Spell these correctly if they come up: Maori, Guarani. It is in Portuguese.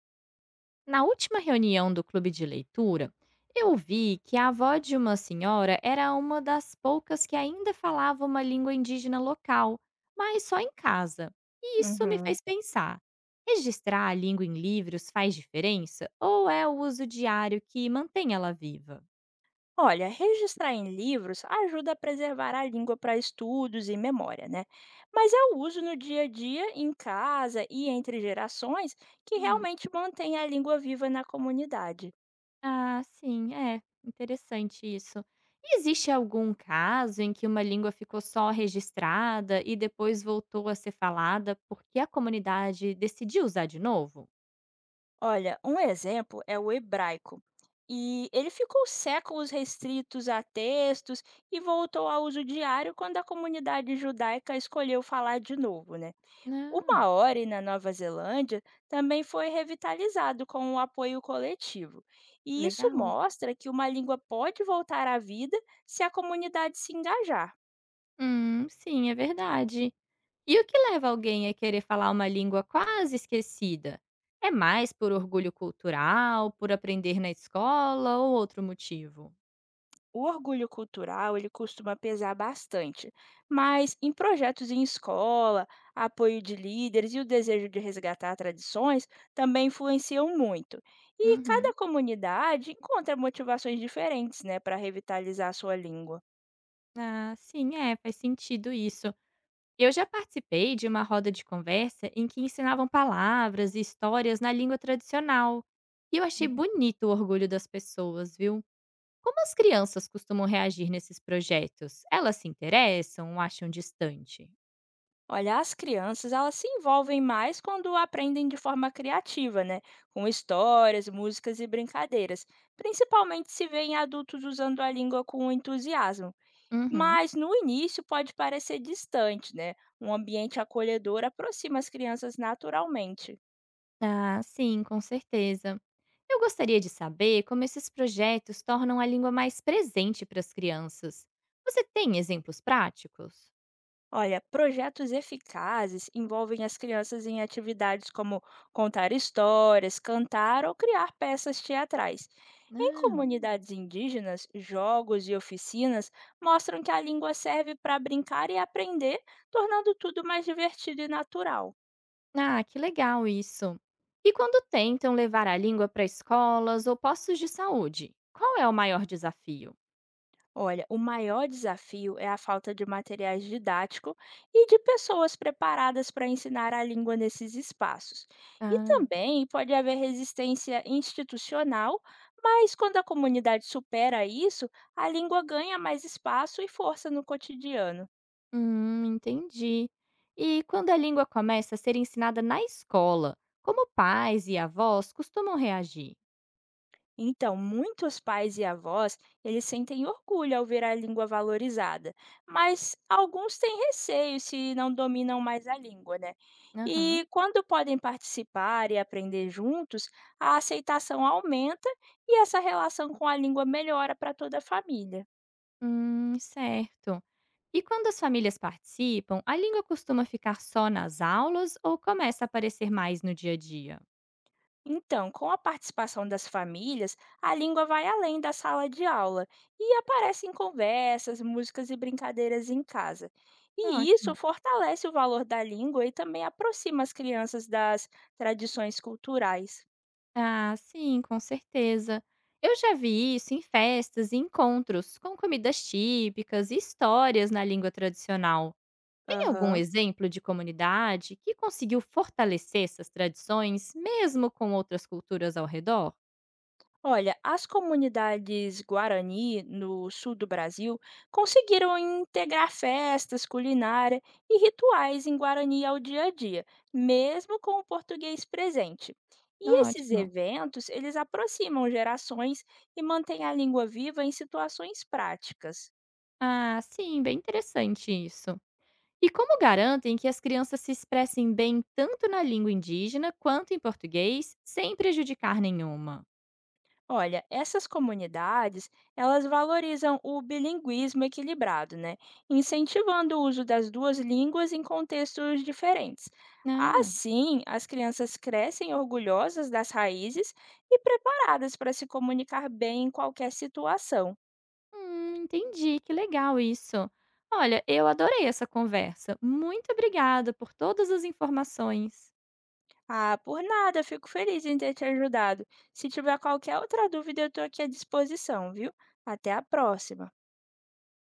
Na última reunião do clube de leitura, eu vi que a avó de uma senhora era uma das poucas que ainda falava uma língua indígena local, mas só em casa. E isso me Uhum. fez pensar: registrar a língua em livros faz diferença ou é o uso diário que mantém ela viva? Olha, registrar em livros ajuda a preservar a língua para estudos e memória, né? Mas é o uso no dia a dia, em casa e entre gerações, que realmente mantém a língua viva na comunidade. Ah, sim, é. Interessante isso. E existe algum caso em que uma língua ficou só registrada e depois voltou a ser falada porque a comunidade decidiu usar de novo? Olha, um exemplo é o hebraico. E ele ficou séculos restritos a textos e voltou ao uso diário quando a comunidade judaica escolheu falar de novo, né? O Ah, Maori, na Nova Zelândia, também foi revitalizado com o apoio coletivo. E isso legal. mostra que uma língua pode voltar à vida se a comunidade se engajar. Sim, é verdade. E o que leva alguém a querer falar uma língua quase esquecida? É mais por orgulho cultural, por aprender na escola ou outro motivo? O orgulho cultural, ele costuma pesar bastante, mas em projetos em escola, apoio de líderes e o desejo de resgatar tradições também influenciam muito. E cada Uhum. comunidade encontra motivações diferentes, né, para revitalizar a sua língua. Ah, sim, é, faz sentido isso. Eu já participei de uma roda de conversa em que ensinavam palavras e histórias na língua tradicional. E eu achei bonito o orgulho das pessoas, viu? Como as crianças costumam reagir nesses projetos? Elas se interessam ou acham distante? Olha, as crianças, elas se envolvem mais quando aprendem de forma criativa, né? Com histórias, músicas e brincadeiras. Principalmente se veem adultos usando a língua com entusiasmo. Uhum. Mas no início pode parecer distante, né? Um ambiente acolhedor aproxima as crianças naturalmente. Ah, sim, com certeza. Eu gostaria de saber como esses projetos tornam a língua mais presente para as crianças. Você tem exemplos práticos? Olha, projetos eficazes envolvem as crianças em atividades como contar histórias, cantar ou criar peças teatrais. Em Ah. comunidades indígenas, jogos e oficinas mostram que a língua serve para brincar e aprender, tornando tudo mais divertido e natural. Ah, que legal isso. E quando tentam levar a língua para escolas ou postos de saúde, qual é o maior desafio? Olha, o maior desafio é a falta de materiais didáticos e de pessoas preparadas para ensinar a língua nesses espaços. E Ah, também pode haver resistência institucional, mas quando a comunidade supera isso, a língua ganha mais espaço e força no cotidiano. Entendi. E quando a língua começa a ser ensinada na escola, como pais e avós costumam reagir? Então, muitos pais e avós, eles sentem orgulho ao ver a língua valorizada, mas alguns têm receio se não dominam mais a língua, né? Aham. E quando podem participar e aprender juntos, a aceitação aumenta e essa relação com a língua melhora para toda a família. Certo. E quando as famílias participam, a língua costuma ficar só nas aulas ou começa a aparecer mais no dia a dia? Então, com a participação das famílias, a língua vai além da sala de aula e aparece em conversas, músicas e brincadeiras em casa. E isso Ótimo. fortalece o valor da língua e também aproxima as crianças das tradições culturais. Ah, sim, com certeza. Eu já vi isso em festas e encontros, com comidas típicas e histórias na língua tradicional. Tem algum Aham. exemplo de comunidade que conseguiu fortalecer essas tradições, mesmo com outras culturas ao redor? Olha, as comunidades Guarani, no sul do Brasil, conseguiram integrar festas, culinária e rituais em Guarani ao dia a dia, mesmo com o português presente. E esses Ótimo. eventos, eles aproximam gerações e mantêm a língua viva em situações práticas. Ah, sim, bem interessante isso. E como garantem que as crianças se expressem bem tanto na língua indígena quanto em português, sem prejudicar nenhuma? Olha, essas comunidades, elas valorizam o bilinguismo equilibrado, né? Incentivando o uso das duas línguas em contextos diferentes. Ah. Assim, as crianças crescem orgulhosas das raízes e preparadas para se comunicar bem em qualquer situação. Entendi, que legal isso. Olha, eu adorei essa conversa. Muito obrigada por todas as informações. Ah, por nada, fico feliz em ter te ajudado. Se tiver qualquer outra dúvida, eu estou aqui à disposição, viu? Até a próxima!